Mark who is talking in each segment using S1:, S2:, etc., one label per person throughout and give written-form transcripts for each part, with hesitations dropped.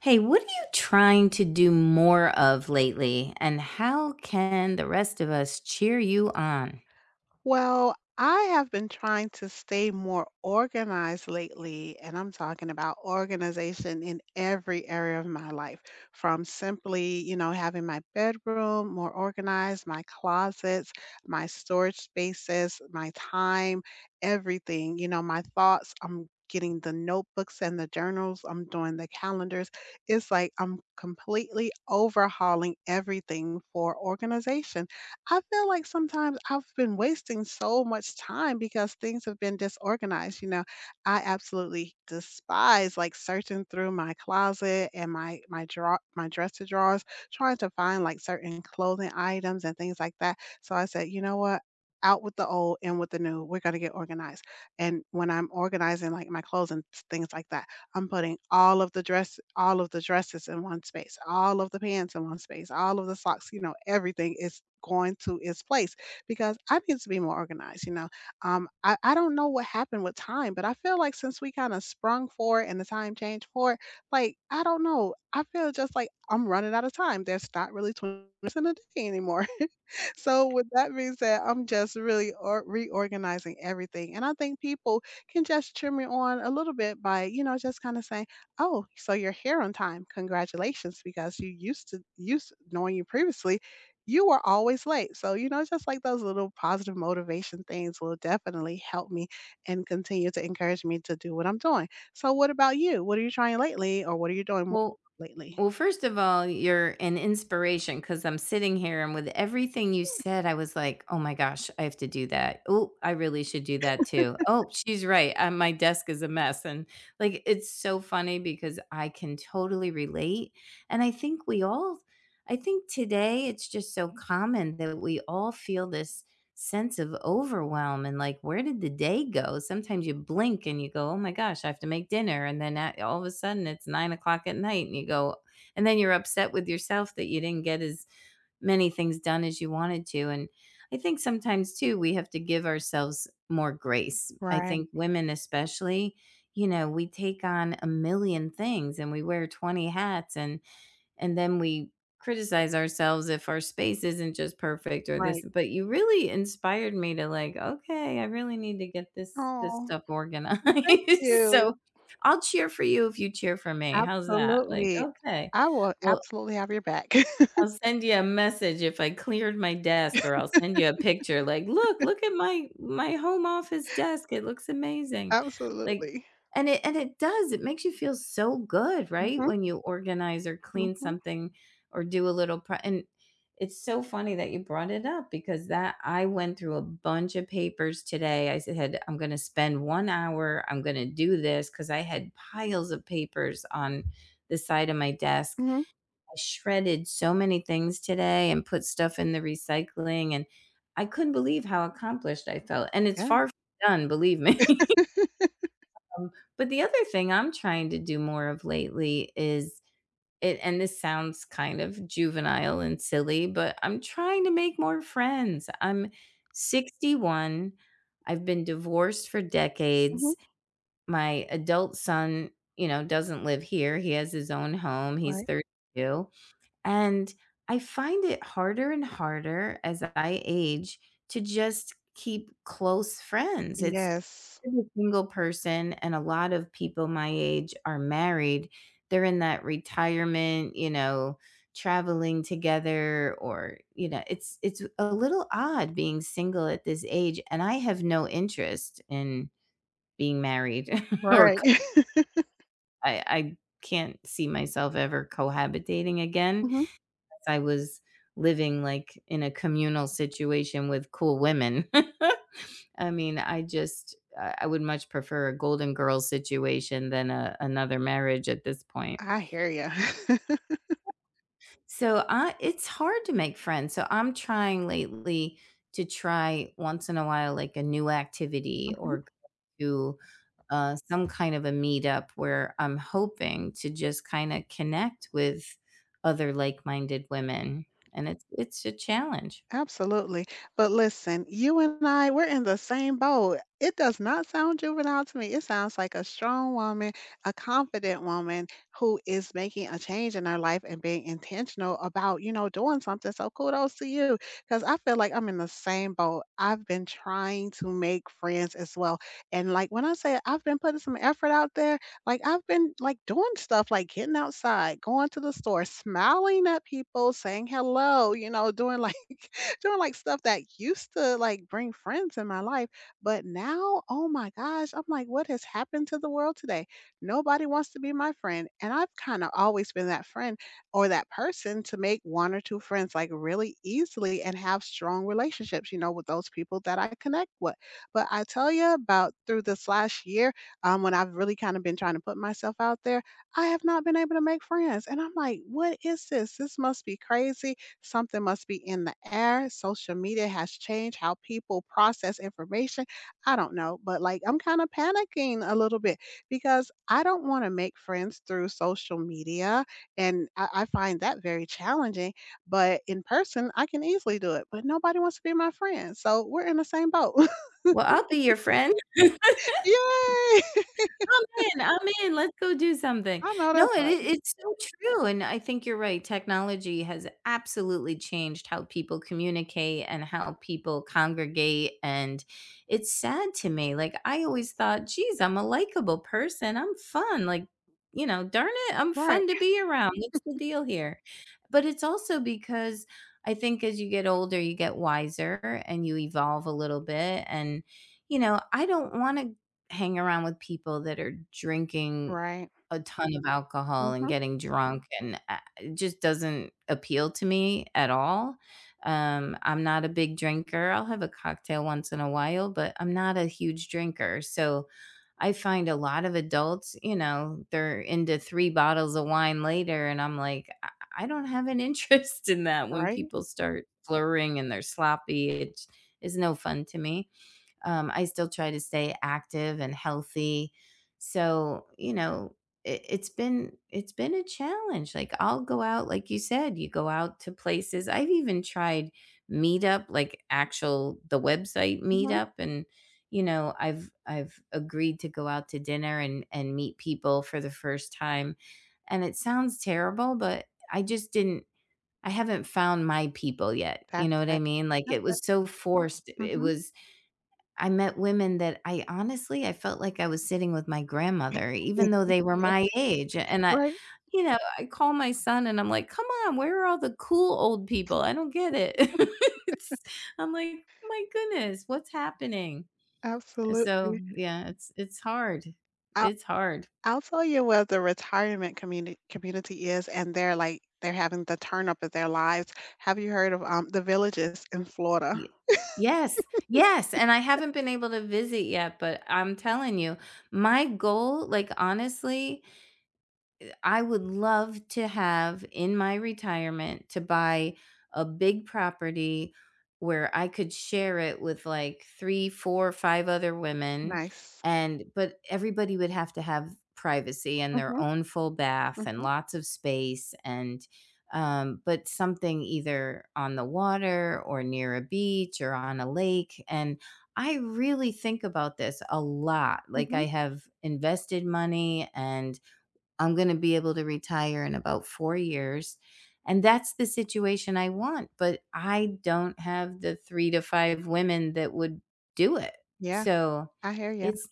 S1: Hey, what are you trying to do more of lately, and how can the rest of us cheer you on?
S2: Well, I have been trying to stay more organized lately, and I'm talking about organization in every area of my life, from simply, you know, having my bedroom more organized, my closets, my storage spaces, my time, everything, you know, my thoughts. I'm getting the notebooks and the journals, I'm doing the calendars. It's like I'm completely overhauling everything for organization. I feel like sometimes I've been wasting so much time because things have been disorganized, you know? I absolutely despise, like, searching through my closet and my dresser drawers, trying to find, like, certain clothing items and things like that, so I said, "You know what? Out with the old, in with the new. We're gonna get organized," and when I'm organizing, like, my clothes and things like that, I'm putting all of the dresses in one space, all of the pants in one space, all of the socks, you know, everything is going to its place because I need to be more organized, you know. I don't know what happened with time, but I feel like since we kind of sprung for it and the time changed for it, like I don't know. I feel just like I'm running out of time. There's not really 20 minutes in a day anymore. So with that being said, I'm just really reorganizing everything. And I think people can just cheer me on a little bit by, you know, just kind of saying, "Oh, so you're here on time. Congratulations, because you used to used knowing you previously, you were always late." So, you know, just like those little positive motivation things will definitely help me and continue to encourage me to do what I'm doing. So, what about you? What are you trying lately or what are you doing more
S1: Well,
S2: lately?
S1: Well, first of all, you're an inspiration because I'm sitting here and with everything you said, I was like, oh my gosh, I have to do that. Oh, I really should do that too. Oh, she's right. My desk is a mess. And like, it's so funny because I can totally relate. And I think today it's just so common that we all feel this sense of overwhelm and like, where did the day go? Sometimes you blink and you go, oh my gosh, I have to make dinner. And all of a sudden it's 9 o'clock at night and you go, and then you're upset with yourself that you didn't get as many things done as you wanted to. And I think sometimes too, we have to give ourselves more grace. I
S2: Right,
S1: think women, especially, you know, we take on a million things and we wear 20 hats, and then we criticize ourselves if our space isn't just perfect or this,
S2: right.
S1: but you really inspired me to like, okay, I really need to get this
S2: Oh,
S1: stuff organized.
S2: thank you.
S1: So I'll cheer for you if you cheer for me. How's that? Like,
S2: Absolutely.
S1: okay.
S2: I will
S1: Well,
S2: absolutely have your back.
S1: I'll send you a message if I cleared my desk, or I'll send you a picture like, "Look, look at my home office desk, it looks amazing." Like,
S2: Absolutely.
S1: and it does, it makes you feel so good, right?
S2: Mhm,
S1: When you organize or clean
S2: mhm,
S1: something or do a little pro and it's so funny that you brought it up because that I went through a bunch of papers today. I said, "I'm gonna spend 1 hour, I'm gonna do this because I had piles of papers on the side of my desk.
S2: mhm.
S1: I shredded so many things today and put stuff in the recycling, and I couldn't believe how accomplished I felt, and it's
S2: Yeah.
S1: far from done, believe me." Um, but the other thing I'm trying to do more of lately is it and this sounds kind of juvenile and silly, but I'm trying to make more friends. I'm 61. I've been divorced for
S2: Mhm.
S1: decades. My adult son, you know, doesn't live here. He has his own home. He's
S2: Right.
S1: 32. And I find it harder and harder as I age to just keep close friends. It's
S2: Yes.
S1: I'm a single person, and a lot of people my age are married. They're in that retirement, you know, traveling together or, you know, it's a little odd being single at this age, and I have no interest in being married or
S2: Right.
S1: co I can't see myself ever cohabitating again.
S2: Mhm.
S1: I was living like in a communal situation with cool women. I mean, I just I would much prefer a Golden Girls situation than a another marriage at this point.
S2: I hear you.
S1: So, I it's hard to make friends. So, I'm trying lately to try once in a while like a new activity
S2: Mhm.
S1: or go to some kind of a meetup where I'm hoping to just kind of connect with other like-minded women, and it's a challenge.
S2: Absolutely. But listen, you and I, we're in the same boat. It does not sound juvenile to me. It sounds like a strong woman, a confident woman who is making a change in her life and being intentional about, you know, doing something. So kudos to you because I feel like I'm in the same boat. I've been trying to make friends as well. And like when I say I've been putting some effort out there, like, I've been, like, doing stuff like getting outside, going to the store, smiling at people, saying hello, you know, doing, like doing, like, stuff that used to, like, bring friends in my life, but now, oh my gosh, I'm like, "What has happened to the world today? Nobody wants to be my friend," and I've kinda always been that friend or that person to make 1 or 2 friends, like, really easily and have strong relationships, you know, with those people that I connect with, but I tell you about through this last year when I've really kind of been trying to put myself out there, I have not been able to make friends. And I'm like, what is this? This must be crazy. Something must be in the air. Social media has changed how people process information. I don't know, but like I'm kind of panicking a little bit because I don't want to make friends through social media. And I find that very challenging. But in person, I can easily do it. But nobody wants to be my friend. So we're in the same boat.
S1: Well, I'll be your friend.
S2: Yay!
S1: I'm in, let's go do something.
S2: I know
S1: No,
S2: that's right.
S1: it's so true, and I think you're right. Technology has absolutely changed how people communicate and how people congregate, and it's sad to me. Like, I always thought, "Geez, I'm a likable person. I'm fun." Like, you know, "Darn it, I'm
S2: Right.
S1: fun to be around. What's the deal here?" But it's also because I think as you get older, you get wiser and you evolve a little bit, and, you know, I don't wanna hang around with people that are drinking
S2: Right.
S1: a ton of alcohol and
S2: Mhm.
S1: getting drunk, and I it just doesn't appeal to me at all. I'm not a big drinker. I'll have a cocktail once in a while, but I'm not a huge drinker, so I find a lot of adults, you know, they're into 3 bottles of wine later, and I'm like, "I don't have an interest in that." When
S2: Right?
S1: people start slurring and they're sloppy, it's no fun to me. I still try to stay active and healthy. So, you know, it's been a challenge. Like I'll go out, like you said, you go out to places. I've even tried meetup, like actual the website
S2: Mhm.
S1: meetup. And you know, I've agreed to go out to dinner and meet people for the first time. And it sounds terrible, but I just didn't I haven't found my people yet. You
S2: That's
S1: know what I
S2: it.
S1: mean? Like
S2: That's
S1: it
S2: it.
S1: was so forced. It
S2: Mhm.
S1: was I met women that I honestly I felt like I was sitting with my grandmother
S2: Yes,
S1: even though they were my age, and I
S2: right.
S1: you know, I call my son and I'm like, "Come on, where are all the cool old people? I don't get it." It's I'm like, "My goodness, what's happening?" So,
S2: Absolutely.
S1: yeah, it's hard.
S2: I'll
S1: It's hard.
S2: I'll tell you where the retirement community is, and they're, like they're having the turn up of their lives. Have you heard of, The Villages in Florida?
S1: Y Yes, yes, and I haven't been able to visit yet, but I'm telling you, my goal, like, honestly, I would love to have in my retirement to buy a big property where I could share it with like 3, 4, 5 other women
S2: Nice.
S1: and but everybody would have to have privacy and their
S2: Mhm,
S1: own full bath and
S2: mhm,
S1: lots of space and but something either on the water or near a beach or on a lake and I really think about this a lot. Like
S2: mhm.
S1: I have invested money and I'm gonna be able to retire in about 4 years, and that's the situation I want, but I don't have the 3 to 5 women that would do it.
S2: Yeah,
S1: So,
S2: I hear ya.
S1: it's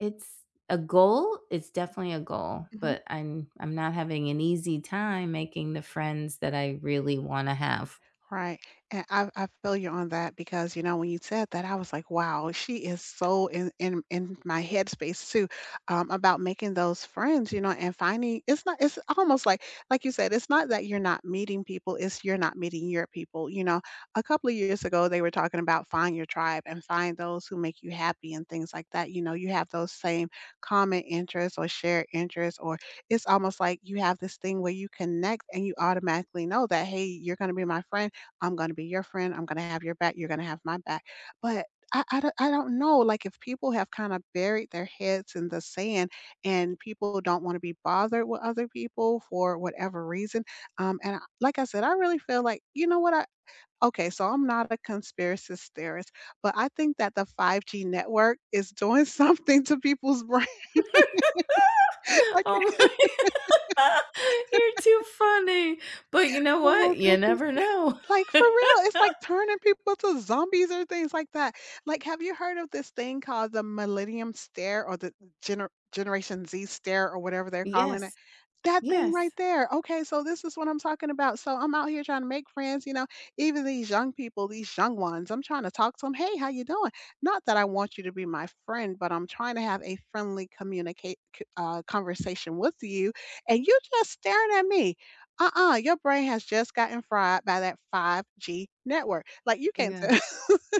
S1: it's a goal, it's definitely a goal,
S2: Mhm.
S1: but I'm not having an easy time making the friends that I really wanna have.
S2: Right, and I feel you on that because, you know, when you said that, I was like, "Wow, she is so in my headspace too," about making those friends, you know, and finding it's not it's almost like you said, it's not that you're not meeting people, it's you're not meeting your people, you know? A couple of years ago, they were talking about find your tribe and find those who make you happy and things like that, you know? You have those same common interests or shared interests, or it's almost like you have this thing where you connect and you automatically know that, "Hey, you're gonna be my friend." I'm gonna be your friend, I'm gonna have your back, you're gonna have my back. But I don't know, like, if people have kinda buried their heads in the sand and people don't wanna be bothered with other people for whatever reason, and I like I said, I really feel like you know what, I okay, so I'm not a conspiracy theorist, but I think that the 5G network is doing something to people's brain, like
S1: Oh my You're too funny, but you know what? You never know.
S2: Like, for real, it's like turning people to zombies or things like that. Like, have you heard of this thing called the millennium stare or the Generation Z stare or whatever they're calling it?
S1: Yes,
S2: That thing right
S1: yes.
S2: there. Okay, so this is what I'm talking about. So I'm out here trying to make friends, you know, even these young people, these young ones. I'm trying to talk to them. Hey, how you doing? Not that I want you to be my friend, but I'm trying to have a friendly conversation with you, and you just staring at me. Uh-uh, your brain has just gotten fried by that 5G network. Like you can't
S1: Yeah.
S2: tell.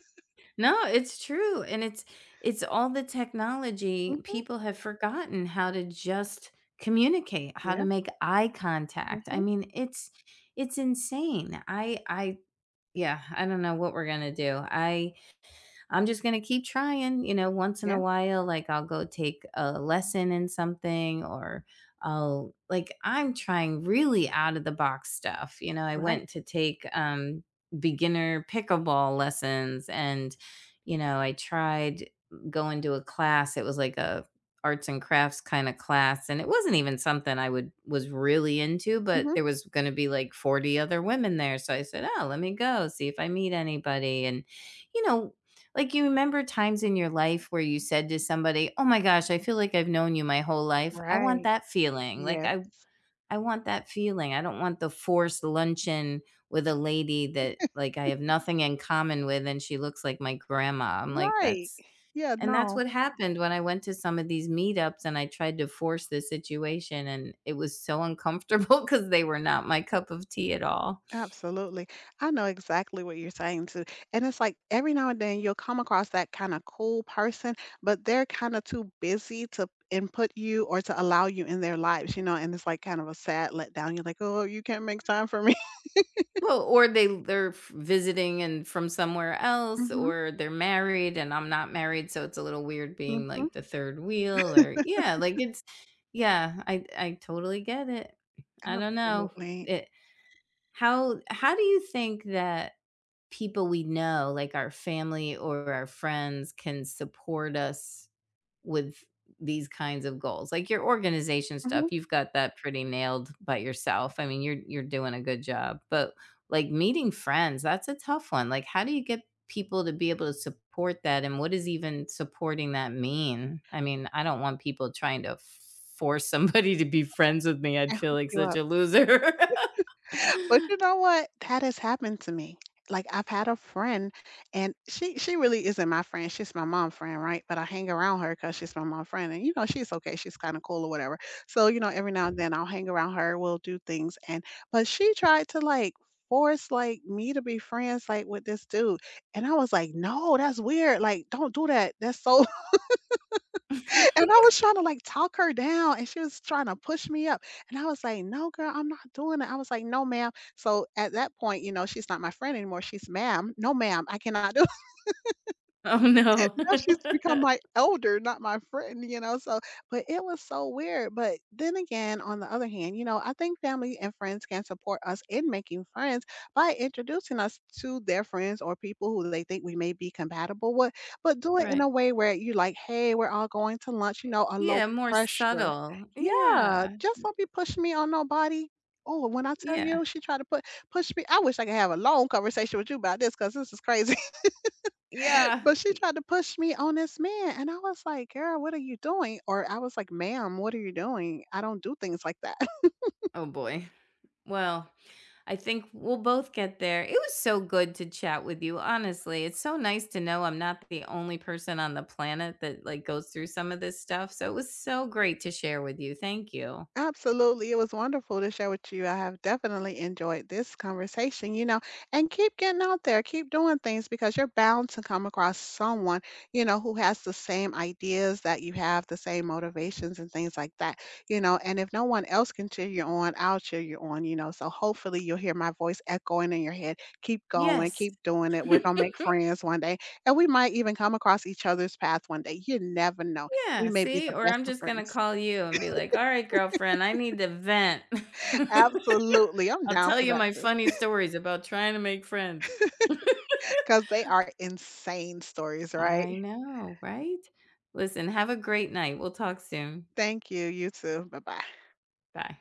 S1: No, it's true, and it's all the technology.
S2: Mhm.
S1: People have forgotten how to just communicate, how to
S2: Yeah.
S1: make eye contact. I
S2: Mhm.
S1: mean, it's insane. I yeah, I don't know what we're going to do. I'm just gonna keep trying, you know, once in
S2: Yeah.
S1: a while, like I'll go take a lesson in something or I'll like I'm trying really out of the box stuff. You know, I
S2: Right.
S1: went to take beginner pickleball lessons. And you know, I tried going to a class. It was like a arts and crafts kind of class and it wasn't even something I would was really into, but
S2: Mhm.
S1: there was going to be like 40 other women there, so I said, "Oh, let me go see if I meet anybody." And you know, like, you remember times in your life where you said to somebody, "Oh my gosh, I feel like I've known you my whole life. I want
S2: Right.
S1: that feeling. Like,
S2: Yes.
S1: I want that feeling. I don't want the forced luncheon with a lady that, like, I have nothing in common with, and she looks like my grandma." I'm like,
S2: Right.
S1: "That's
S2: Yeah.
S1: and that's
S2: No.
S1: what happened when I went to some of these meetups and I tried to force the situation, and it was so uncomfortable." Because they were not my cup of tea at all.
S2: Absolutely. I know exactly what you're saying too. And it's like every now and then you'll come across that kind of cool person, but they're kind of too busy to input you or to allow you in their lives, you know, and it's like kind of a sad letdown. You're like, oh, you can't make time for me.
S1: Well, or they're f visiting and from somewhere else,
S2: Hmm.
S1: or they're married and I'm not married, so it's a little weird being,
S2: Hmm.
S1: like, the third wheel or yeah, like, it's yeah, I totally get it. I don't know.
S2: Absolutely.
S1: It how do you think that people we know, like our family or our friends, can support us with these kinds of goals? Like your organization stuff,
S2: Hmm.
S1: you've got that pretty nailed by yourself. I mean, you're doing a good job, but like meeting friends, that's a tough one. Like how do you get people to be able to support that and what does even supporting that mean? I mean, I don't want people trying to force somebody to be friends with me. I'd
S2: I
S1: feel
S2: hook
S1: like
S2: you
S1: such
S2: up.
S1: a loser.
S2: But you know what? That has happened to me. Like I've had a friend and she really isn't my friend. She's my mom friend, right? But I hang around her because she's my mom friend. And you know, she's okay. She's kind of cool or whatever. So, you know, every now and then I'll hang around her, we'll do things. And but she tried to like force like me to be friends like with this dude. And I was like, no, that's weird. Like, don't do that. That's so, and I was trying to, like, talk her down, and she was trying to push me up, and I was like, "No, girl, I'm not doing it." I was like, "No, ma'am." So, at that point, you know, she's not my friend anymore, she's ma'am. "No, ma'am, I cannot do,"
S1: Oh, no.
S2: now she's become my elder, not my friend, you know, so but it was so weird, but then again, on the other hand, you know, I think family and friends can support us in making friends by introducing us to their friends or people who they think we may be compatible with, but do it in
S1: Right.
S2: a way where you like, "Hey, we're all going to lunch," you know, a low
S1: Yeah, more
S2: pressure.
S1: subtle.
S2: Yeah,
S1: Yeah.
S2: just don't be pushing me on nobody. Oh, when I tell
S1: Yeah.
S2: you she tried to put push me, I wish I could have a long conversation with you about this because this is crazy.
S1: Yeah.
S2: But she tried to push me on this man, and I was like, "Girl, what are you doing?" Or I was like, "Ma'am, what are you doing? I don't do things like that."
S1: Oh, boy. Well, I think we'll both get there. It was so good to chat with you, honestly. It's so nice to know I'm not the only person on the planet that like goes through some of this stuff. So it was so great to share with you. Thank you.
S2: Absolutely. It was wonderful to share with you. I have definitely enjoyed this conversation, you know, and keep getting out there, keep doing things because you're bound to come across someone, you know, who has the same ideas that you have, the same motivations and things like that, you know. And if no one else can cheer you on, I'll cheer you on, you know. So hopefully you'll hear my voice echoing in your head. Keep going,
S1: Yes.
S2: keep doing it. We're going to make friends one day, and we might even come across each other's path one day. You never know. We
S1: Yeah,
S2: may be
S1: see?
S2: the
S1: Or
S2: best
S1: I'm
S2: of
S1: just going to
S2: friends.
S1: call you and be like, "All right, girlfriend, I need to vent."
S2: Absolutely, I'm
S1: I'll
S2: down
S1: tell
S2: for
S1: you
S2: that
S1: my
S2: too.
S1: funny stories about trying to make friends.
S2: Cause they are insane stories, right?
S1: I know, right? Listen, have a great night. We'll talk soon.
S2: Thank you, you too. Bye-bye.
S1: Bye.